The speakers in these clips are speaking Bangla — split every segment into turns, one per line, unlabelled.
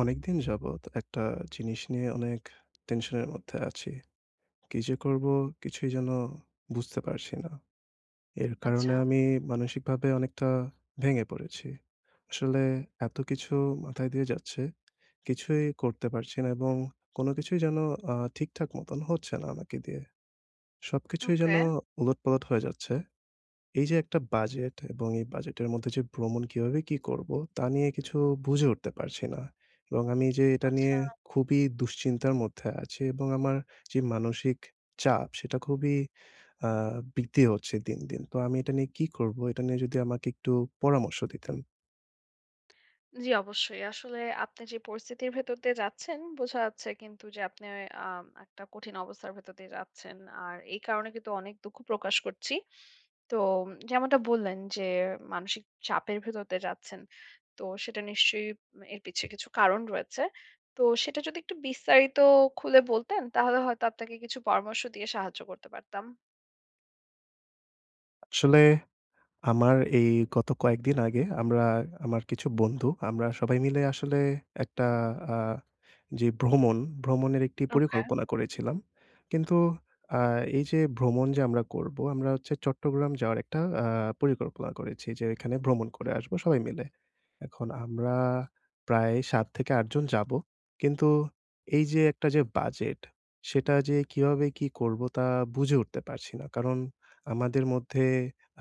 অনেকদিন যাবৎ একটা জিনিস নিয়ে অনেক টেনশনের মধ্যে আছি। কি যে করব কিছুই যেন বুঝতে পারছি না। এর
আচ্ছা,
কারণে আমি মানসিকভাবে অনেকটা ভেঙে পড়েছি। আসলে এত কিছু মাথায় দিয়ে যাচ্ছে, কিছুই করতে পারছি না এবং কোনো কিছুই যেন ঠিকঠাক মতন হচ্ছে না আমাকে দিয়ে। সবকিছুই যেন
ওকে।
উলটপালট হয়ে যাচ্ছে। এই যে একটা বাজেট এবং এই বাজেটের মধ্যে যে ভ্রমণ কিভাবে কি করব তা নিয়ে কিছু বুঝে উঠতে পারছি না। এবং আমি যে এটা
আচ্ছা,
নিয়ে খুবই দুশ্চিন্তার মধ্যে আছি এবং আমার যে মানসিক চাপ সেটা খুবই আ বৃদ্ধি হচ্ছে দিন, দিন। তো আমি এটা নিয়ে কি করব? এটা নিয়ে যদি আমাকে একটু পরামর্শ দিতেন।
জি অবশ্যই। আসলে আপনি যে পরিস্থিতির ভেতর দিয়ে যাচ্ছেন বোঝা যাচ্ছে কিন্তু যে আপনি একটা কঠিন অবস্থার ভেতর দিয়ে যাচ্ছেন। আর এই কারণে কিন্তু অনেক দুঃখ প্রকাশ করছি। তো যেমনটা বললেন যে মানসিক চাপের ভেতর দিয়ে যাচ্ছেন। তো সেটা নিশ্চয়ই এর পিছে কিছু কারণ রয়েছে। তো সেটা যদি একটু বিস্তারিত খুলে বলতেন তাহলে হয়তো আপনাকে কিছু পরামর্শ দিয়ে সাহায্য করতে পারতাম।
আসলে আমার এই গত কয়েকদিন আগে আমরা আমার কিছু বন্ধু আমরা সবাই মিলে আসলে একটা আ যে ভ্রমণ, ভ্রমণের একটি
ওকে।
পরিকল্পনা করেছিলাম। কিন্তু আ এই যে ভ্রমণ যে আমরা করব, আমরা হচ্ছে চট্টগ্রাম যাওয়ার একটা পরিকল্পনা করেছি যে, এখানে ভ্রমণ করে আসবো সবাই মিলে। এখন আমরা প্রায় ৭ থেকে ৮ জন যাবো। কিন্তু এই যে একটা যে বাজেট, সেটা যে কিভাবে কি করব তা বুঝে উঠতে পারছি না। কারণ আমাদের মধ্যে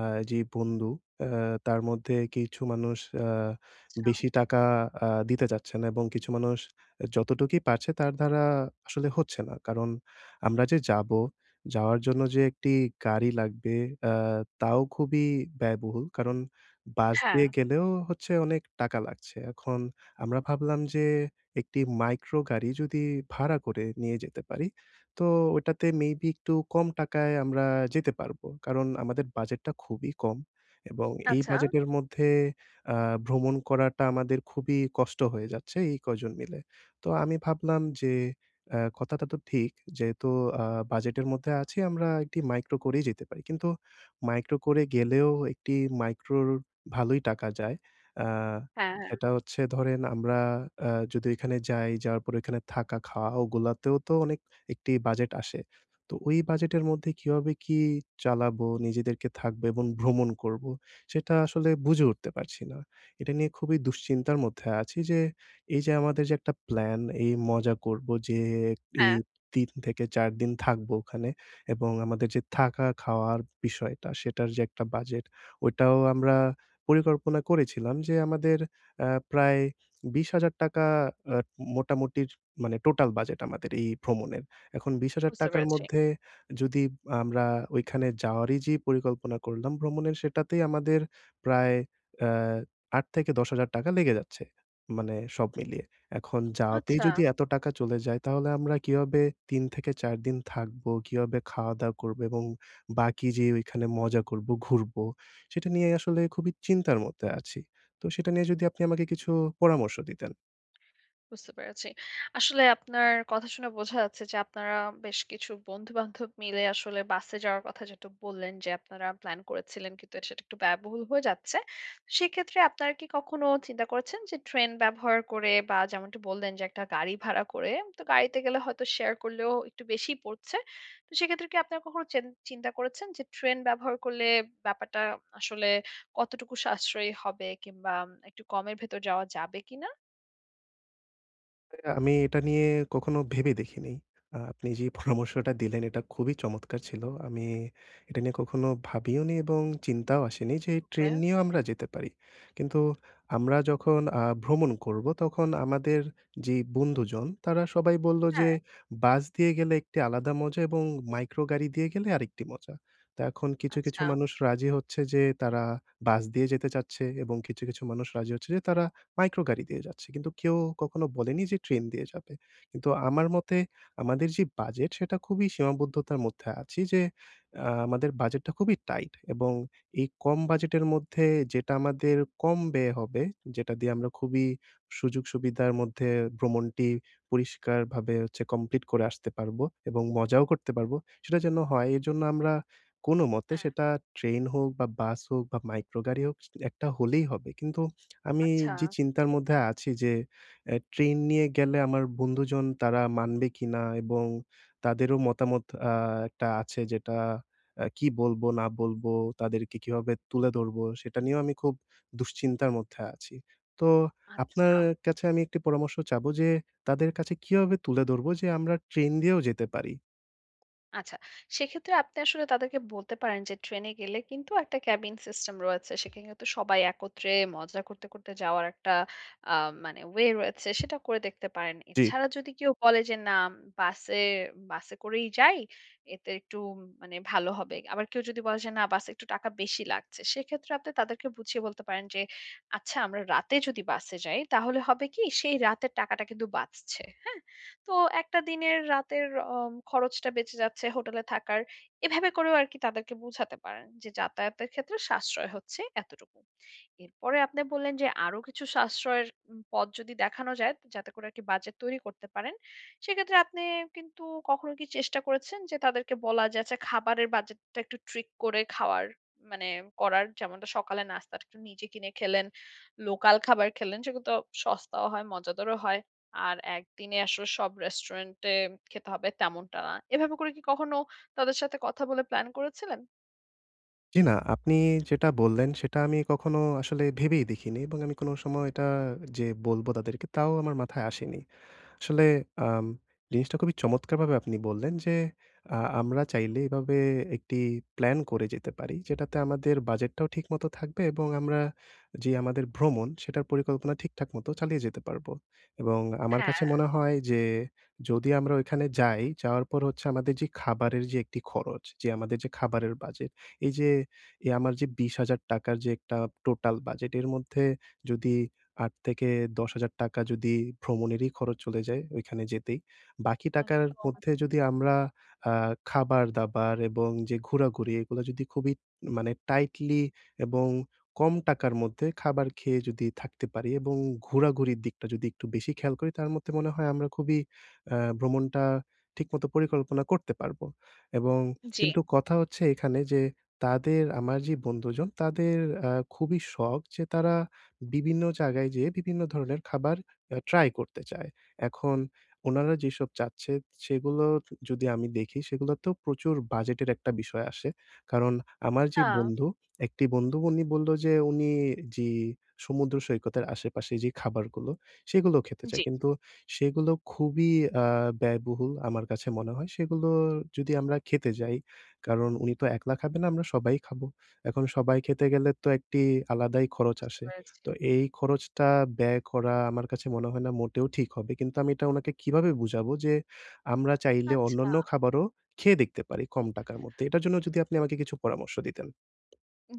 আ যে বন্ধু, আ তার মধ্যে কিছু মানুষ আ বেশি টাকা দিতে চাচ্ছে না এবং কিছু মানুষ যতটুকুই পারছে তার দ্বারা আসলে হচ্ছে না। কারণ আমরা যে যাবো, যাওয়ার জন্য যে একটি গাড়ি লাগবে আ তাও খুবই ব্যয়বহুল। কারণ বাস
হ্যাঁ।
দিয়ে গেলেও হচ্ছে অনেক টাকা লাগছে। এখন আমরা ভাবলাম যে একটি মাইক্রো গাড়ি যদি ভাড়া করে নিয়ে যেতে পারি, তো ওটাতে মেবি একটু কম টাকায় আমরা যেতে পারবো। কারণ আমাদের বাজেটটা খুবই কম এবং এই
আচ্ছা।
বাজেটের মধ্যে আ ভ্রমণ করাটা আমাদের খুবই কষ্ট হয়ে যাচ্ছে এই কজন মিলে। তো আমি ভাবলাম যে কথাটা তো ঠিক, যেহেতু আ বাজেটের মধ্যে আছি আমরা একটি মাইক্রো করেই যেতে পারি। কিন্তু মাইক্রো করে গেলেও একটি মাইক্রোর ভালোই টাকা যায়। আ
হ্যাঁ, হ্যাঁ,
সেটা হচ্ছে ধরেন আমরা যদি ওইখানে যাই, যাওয়ার পর ওইখানে থাকা, খাওয়া ওগুলাতেও তো অনেক একটি বাজেট আসে। তো ওই বাজেটের মধ্যে কিভাবে কি চালাবো, নিজেদেরকে থাকবো এবং ভ্রমণ করবো, সেটা আসলে বুঝে উঠতে পারছি না। এটা নিয়ে খুবই দুশ্চিন্তার মধ্যে আছি যে, এই যে আমাদের যে একটা প্ল্যান, এই মজা করবো যে এই
হ্যাঁ,
৩ থেকে ৪ দিন থাকবো ওখানে এবং আমাদের যে থাকা, খাওয়ার বিষয়টা, সেটার যে একটা বাজেট, ওইটাও আমরা পরিকল্পনা করেছিলাম যে আমাদের প্রায় ৳২০,০০০, আ মোটামুটি মানে টোটাল বাজেট আমাদের এই ভ্রমণের। এখন
বুঝতে
৳২০,০০০
পেরেছি।
মধ্যে যদি আমরা ওইখানে যাওয়ারই যে পরিকল্পনা করলাম ভ্রমণের সেটাতেই আমাদের প্রায় আ ৳৮,000-১০,000 লেগে যাচ্ছে। মানে সব মিলিয়ে। এখন যাওয়াতেই
আচ্ছা।
যদি এত টাকা চলে যায় তাহলে আমরা কিভাবে ৩ থেকে ৪ দিন থাকবো, কিভাবে খাওয়া-দাওয়া করবো এবং বাকি যে ওইখানে মজা করব, ঘুরবো সেটা নিয়ে আসলে খুবই চিন্তার মধ্যে আছি। তো সেটা নিয়ে যদি আপনি আমাকে কিছু পরামর্শ দিতেন।
বুঝতে পেরেছি। আসলে আপনার কথা শুনে বোঝা যাচ্ছে যে আপনারা বেশ কিছু বন্ধু-বান্ধব মিলে আসলে বাসে যাওয়ার কথা যেটা বললেন যে আপনারা প্ল্যান করেছিলেন কিন্তু সেটা একটু ব্যয়বহুল হয়ে যাচ্ছে। সেক্ষেত্রে আপনারা কি কখনো চিন্তা করেছেন যে ট্রেন ব্যবহার করে বা যেমনটি বললেন যে একটা গাড়ি ভাড়া করে, তো গাড়িতে গেলে হয়তো শেয়ার করলেও একটু বেশিই পড়ছে। তো সেক্ষেত্রে কি আপনারা কখনো চিন্তা করেছেন যে ট্রেন ব্যবহার করলে ব্যাপারটা আসলে কতটুকু সাশ্রয়ী হবে কিংবা একটু কমের ভেতর যাওয়া যাবে কিনা?
আমি এটা নিয়ে কখনো ভেবে দেখিনি। আপনি যে পরামর্শটা দিলেন এটা খুবই চমৎকার ছিল। আমি এটা নিয়ে কখনো ভাবিওনি এবং চিন্তাও আসেনি যে
ওকে।
ট্রেন নিয়েও আমরা যেতে পারি। কিন্তু আমরা যখন ভ্রমণ করব তখন আমাদের যে বন্ধুজন তারা সবাই বলল যে,
হ্যাঁ।
"বাস দিয়ে গেলে একটি আলাদা মজা এবং মাইক্রো গাড়ি দিয়ে গেলে আরেকটি মজা।" তো এখন কিছু,
আচ্ছা।
কিছু মানুষ রাজি হচ্ছে যে তারা বাস দিয়ে যেতে চাচ্ছে এবং কিছু, কিছু মানুষ রাজি হচ্ছে যে তারা মাইক্রো গাড়ি দিয়ে যাচ্ছে। কিন্তু কেউ কখনো বলেনি যে ট্রেন দিয়ে যাবে। কিন্তু আমার মতে আমাদের যে বাজেট সেটা খুবই সীমাবদ্ধতার মধ্যে আছি যে আমাদের বাজেটটা খুবই টাইট এবং এই কম বাজেটের মধ্যে যেটা আমাদের কম ব্যয় হবে, যেটা দিয়ে আমরা খুবই সুযোগ-সুবিধার মধ্যে ভ্রমণটি পরিষ্কারভাবে হচ্ছে কমপ্লিট করে আসতে পারবো এবং মজাও করতে পারবো, সেটা যেন হয়। এজন্য আমরা কোনমতে
হ্যাঁ।
সেটা ট্রেন হোক বা বাস হোক বা মাইক্রো গাড়ি হোক, একটা হলেই হবে। কিন্তু আমি
আচ্ছা,
যে চিন্তার মধ্যে আছি যে ট্রেন নিয়ে গেলে আমার বন্ধুজন তারা মানবে কিনা? এবং তাদেরও মতামত আ একটা আছে যেটা কি বলবো না বলবো, তাদেরকে কিভাবে তুলে ধরবো সেটা নিয়েও আমি খুব দুশ্চিন্তার মধ্যে আছি। তো
আচ্ছা,
আপনার কাছে আমি একটি পরামর্শ চাবো যে তাদের কাছে কিভাবে তুলে ধরবো যে আমরা ট্রেন দিয়েও যেতে পারি?
আচ্ছা। সেক্ষেত্রে আপনি আসলে তাদেরকে বলতে পারেন যে ট্রেনে গেলে কিন্তু একটা ক্যাবিন সিস্টেম রয়েছে। সেখানে কিন্তু সবাই একত্রে মজা করতে, করতে যাওয়ার একটা আ মানে ওয়ে রয়েছে, সেটা করে দেখতে পারেন।
জি।
এছাড়া যদি কেউ বলে যে না, বাসে, বাসে করেই যাই, এতে একটু মানে ভালো হবে। আবার কেউ যদি বলে যে না বাসে একটু টাকা বেশি লাগছে। সেক্ষেত্রে আপনি তাদেরকে বুঝিয়ে বলতে পারেন যে আচ্ছা, আমরা রাতে যদি বাসে যাই তাহলে হবে কি, সেই রাতের টাকাটা কিন্তু বাঁচছে। হ্যাঁ? তো একটা দিনের রাতের খরচটা বেঁচে যাচ্ছে হোটেলে থাকার। এভাবে করেও আরকি তাদেরকে বুঝাতে পারেন যে যাতায়াতের ক্ষেত্রে সাশ্রয় হচ্ছে এতটুকু। এরপরে আপনি বললেন যে আরো কিছু সাশ্রয়ের পথ যদি দেখানো যায় যাতে করে আরকি বাজেট তৈরি করতে পারেন। সেক্ষেত্রে আপনি কিন্তু কখনো কি চেষ্টা করেছেন যে তাদেরকে বলা যে আচ্ছা খাবারের বাজেটটা একটু ট্রিক করে খাওয়ার মানে করার, যেমনটা সকালে নাস্তাটা একটু নিজে কিনে খেলেন, লোকাল খাবার খেলেন, সেগুলো তো সস্তাও হয় মজাদারও হয়। আর একদিনে আসলে সব রেস্টুরেন্টে খেতে হবে তেমনটা না। এভাবে করে কি কখনো তাদের সাথে কথা বলে প্ল্যান করেছিলেন?
জি না, আপনি যেটা বললেন সেটা আমি কখনো আসলে ভেবেই দেখিনি এবং আমি কোনো সময় এটা যে বলবো তাদেরকে তাও আমার মাথায় আসেনি। আসলে আম জিনিসটা খুবই চমৎকারভাবে আপনি বললেন যে, আমরা চাইলে এভাবে একটি প্ল্যান করে যেতে পারি। যেটাতে আমাদের বাজেটটাও ঠিকমতো থাকবে এবং আমরা যে আমাদের ভ্রমণ, সেটার পরিকল্পনা ঠিকঠাক মতো চালিয়ে যেতে পারবো। এবং আমার কাছে
হ্যাঁ,
মনে হয় যে, যদি আমরা ওইখানে যাই, যাওয়ার পর হচ্ছে আমাদের যে খাবারের যে একটি খরচ, যে আমাদের যে খাবারের বাজেট, এই যে আমার যে ৳২০,০০০ র যে একটা টোটাল বাজেট, এর মধ্যে যদি ৳৮,000-10,000 যদি ভ্রমণেরই খরচ চলে যায় ওইখানে যেতেই। বাকি টাকার
একদম।
মধ্যে যদি আমরা আ খাবার-দাবার এবং যে ঘোরাঘুরি এগুলো যদি খুবই মানে টাইটলি এবং কম টাকার মধ্যে খাবার খেয়ে যদি থাকতে পারি এবং ঘোরাঘুরির দিকটা যদি একটু বেশি খেয়াল করি তার মধ্যে মনে হয় আমরা খুবই ভ্রমণটা ঠিকমতো পরিকল্পনা করতে পারব। এবং
জি।
কিন্তু কথা হচ্ছে এখানে যে তাদের আমার যে বন্ধুজন তাদের আ খুবই শখ যে তারা বিভিন্ন জায়গায় যেয়ে বিভিন্ন ধরনের খাবার ট্রাই করতে চায়। এখন উনারা যেসব চাচ্ছে সেগুলো যদি আমি দেখি সেগুলোতেও প্রচুর বাজেটের একটা বিষয় আসে। কারণ আমার যে
হ্যাঁ,
বন্ধু, একটি বন্ধু উনি বলল যে উনি যে সমুদ্র সৈকতের আশেপাশে যে খাবারগুলো সেগুলো খেতে
জি,
চায়। কিন্তু সেগুলো খুবই আ ব্যয়বহুল আমার কাছে মনে হয়। সেগুলো যদি আমরা খেতে যাই, কারণ উনি তো একলা খাবে না আমরা সবাই খাবো। এখন সবাই খেতে গেলে তো একটি আলাদাই খরচ
বুঝতে
আসে।
পেরেছি।
তো এই খরচটা ব্যয় করা আমার কাছে মনে হয় না মোটেও ঠিক হবে। কিন্তু আমি এটা উনাকে কিভাবে বুঝাবো যে, আমরা চাইলে
আচ্ছা।
অন্যান্য খাবারও খেয়ে দেখতে পারি কম টাকার মধ্যে। এটার জন্য যদি আপনি আমাকে কিছু পরামর্শ দিতেন।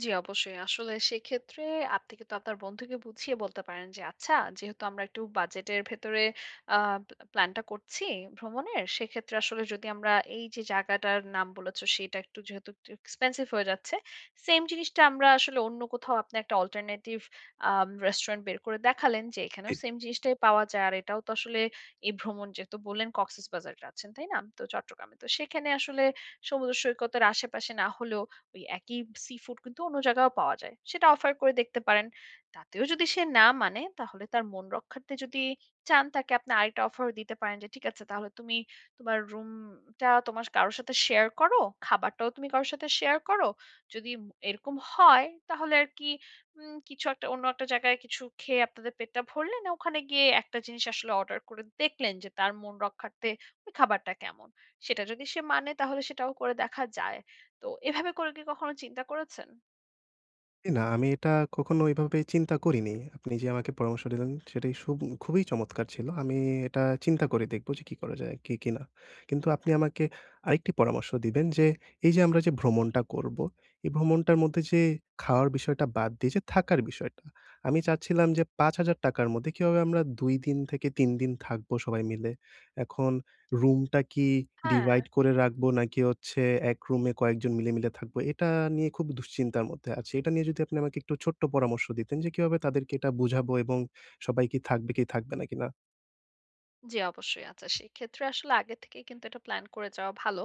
জি, অবশ্যই। আসলে সেক্ষেত্রে আপনি কিন্তু আপনার বন্ধুকে বুঝিয়ে বলতে পারেন যে, "আচ্ছা, যেহেতু আমরা একটু বাজেটের ভেতরে আ প্ল্যানটা করছি ভ্রমণের, সেক্ষেত্রে আসলে যদি আমরা এই যে জায়গাটার নাম বলেছ, সেটা একটু যেহেতু একটু এক্সপেন্সিভ হয়ে যাচ্ছে, সেম জিনিসটা আমরা আসলে অন্য কোথাও আপনি একটা অল্টারনেটিভ রেস্টুরেন্ট বের করে দেখালেন যে, এখানেও সেম জিনিসটাই পাওয়া যায়। আর এটাও তো আসলে এই ভ্রমণ যেহেতু বললেন কক্সেসবাজার যাচ্ছেন, তাই না? তো চট্টগ্রামে। তো সেখানে আসলে সমুদ্র সৈকতের আশেপাশে না হলেও ওই একই সি ফুড কিন্তু অন্য জায়গায়ও পাওয়া যায়। সেটা অফার করে দেখতে পারেন। তাতেও যদি সে না মানে তাহলে তার মন রক্ষার্থে যদি চান তাকে আপনি আরেকটা অফারও দিতে পারেন যে, "ঠিক আছে তাহলে তুমি তোমার রুমটা তোমার কারো সাথে শেয়ার করো। খাবারটাও তুমি কারো সাথে শেয়ার করো। যদি এরকম হয় তাহলে আরকি কিছু একটা অন্য একটা জায়গায় কিছু খেয়ে আপনাদের পেটটা ভরলেন। আর ওখানে গিয়ে একটা জিনিস আসলে অর্ডার করে দেখলেন যে তার মন রক্ষার্থে ওই খাবারটা কেমন?" সেটা যদি সে মানে তাহলে সেটাও করে দেখা যায়। তো এভাবে করে কি কখনো চিন্তা করেছেন?
না, আমি এটা কখনো ওইভাবে চিন্তা করিনি। আপনি যে আমাকে পরামর্শ দিলেন সেটাই খুবই চমৎকার ছিল। আমি এটা চিন্তা করে দেখব যে কি করা যায়, কি, কি না। কিন্তু আপনি আমাকে আরেকটি পরামর্শ দিবেন যে এই যে আমরা যে ভ্রমণটা করব, এই ভ্রমণটার মধ্যে যে খাওয়ার বিষয়টা বাদ দিয়ে যে থাকার বিষয়টা। আমি চাচ্ছিলাম যে ৳৫,০০০ র মধ্যে কিভাবে আমরা ২ দিন থেকে ৩ দিন থাকবো সবাই মিলে। এখন রুমটা কি
হ্যাঁ,
ডিভাইড করে রাখবো নাকি হচ্ছে এক রুমে কয়েকজন মিলে থাকবো? এটা নিয়ে খুব দুশ্চিন্তার মধ্যে আছি। এটা নিয়ে যদি আপনি আমাকে একটু ছোট্ট পরামর্শ দিতেন যে, কিভাবে তাদেরকে এটা বুঝাবো এবং সবাই কি থাকবে কি থাকবে নাকি না?
জি, অবশ্যই। আচ্ছা, সেক্ষেত্রে আসলে আগে থেকেই কিন্তু এটা প্ল্যান করে যাওয়া ভালো।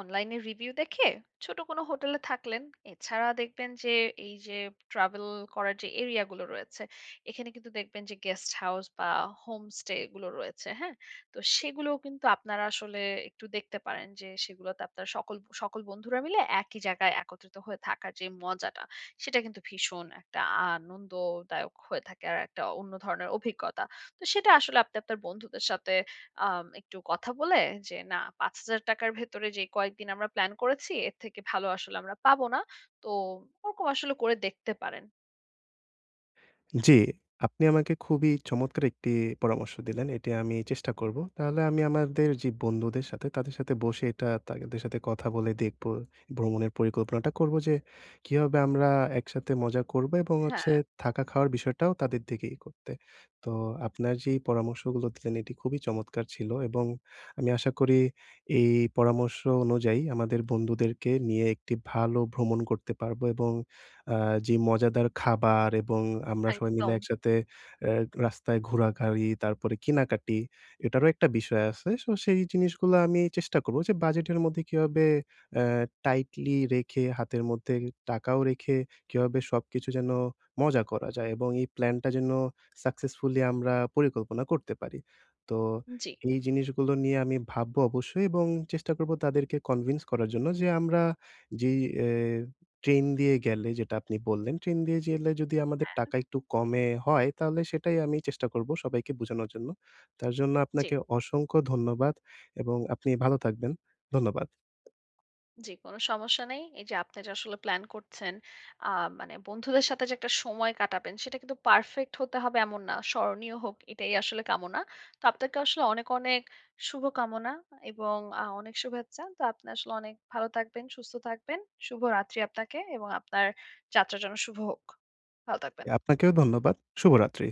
অনলাইনে রিভিউ দেখে ছোট কোনো হোটেলে থাকলেন। এছাড়া দেখবেন যে এই যে ট্রাভেল করার যে এরিয়া গুলো রয়েছে, এখানে কিন্তু দেখবেন যে গেস্ট হাউস বা হোমস্টে এগুলো রয়েছে, হ্যাঁ? তো সেগুলোও কিন্তু আপনারা আসলে একটু দেখতে পারেন যে সেগুলোতে আপনারা সকল সকল বন্ধুরা মিলে একই জায়গায় একত্রিত হয়ে থাকার যে মজাটা, সেটা কিন্তু ভীষণ একটা আনন্দদায়ক হয়ে থাকে। আর একটা অন্য ধরনের অভিজ্ঞতা। তো সেটা আসলে আপনি আপনার বন্ধুদের সাথে একটু কথা বলে যে না, ৳৫,০০০ র ভেতরে যে কয়েকদিন আমরা প্ল্যান করেছি এর থেকে ভালো আসলে আমরা পাবো না। তো ওরকম আসলে করে দেখতে পারেন।
জি, আপনি আমাকে খুবই চমৎকার একটি পরামর্শ দিলেন। এটি আমি চেষ্টা করব। তাহলে আমি আমাদের যে বন্ধুদের সাথে, তাদের সাথে বসে এটা তাদের সাথে কথা বলে দেখব। ভ্রমণের পরিকল্পনাটা করব যে কিভাবে আমরা একসাথে মজা করব এবং
হ্যাঁ,
হচ্ছে থাকা খাওয়ার বিষয়টাও তাদের দিকেই করতে। তো আপনার যেই পরামর্শগুলো দিলেন এটি খুবই চমৎকার ছিল এবং আমি আশা করি এই পরামর্শ অনুযায়ী আমাদের বন্ধুদেরকে নিয়ে একটি ভালো ভ্রমণ করতে পারব এবং আ যে মজাদার খাবার এবং আমরা সবাই মিলে
একদম।
একসাথে অ্যা রাস্তায় ঘোরাঘুরি, তারপরে কেনাকাটি, এটারও একটা বিষয় আছে। সো সেই জিনিসগুলো আমি চেষ্টা করব যে বাজেটের মধ্যে কিভাবে অ্যা টাইটলি রেখে, হাতের মধ্যে টাকাও রেখে কিভাবে সবকিছু যেন মজা করা যায় এবং এই প্ল্যানটা যেন সাকসেসফুলি আমরা পরিকল্পনা করতে পারি। তো
জি,
এই জিনিসগুলো নিয়ে আমি ভাববো অবশ্যই এবং চেষ্টা করব তাদেরকে কনভিন্স করার জন্য যে আমরা যেই ট্রেন দিয়ে গেলে যেটা আপনি বললেন, ট্রেন দিয়ে গেলে যদি আমাদের টাকা একটু কমে হয়, তাহলে সেটাই আমি চেষ্টা করব সবাইকে বোঝানোর জন্য। তার জন্য
জি।
আপনাকে অসংখ্য ধন্যবাদ এবং আপনি ভালো থাকবেন। ধন্যবাদ।
জি, কোনো সমস্যা নেই। এই যে আপনি যে আসলে প্ল্যান করছেন, আ মানে বন্ধুদের সাথে যে একটা সময় কাটাবেন, সেটা কিন্তু পারফেক্ট হতে হবে এমন না। স্মরণীয় হোক এটাই আসলে কামনা। তো আপনাকে আসলে অনেক, অনেক শুভকামনা এবং অনেক শুভেচ্ছা। তো আপনি আসলে অনেক ভালো থাকবেন, সুস্থ থাকবেন। শুভরাত্রি আপনাকে এবং আপনার যাত্রা যেন শুভ হোক। ভালো থাকবেন।
আপনাকেও ধন্যবাদ। শুভরাত্রি।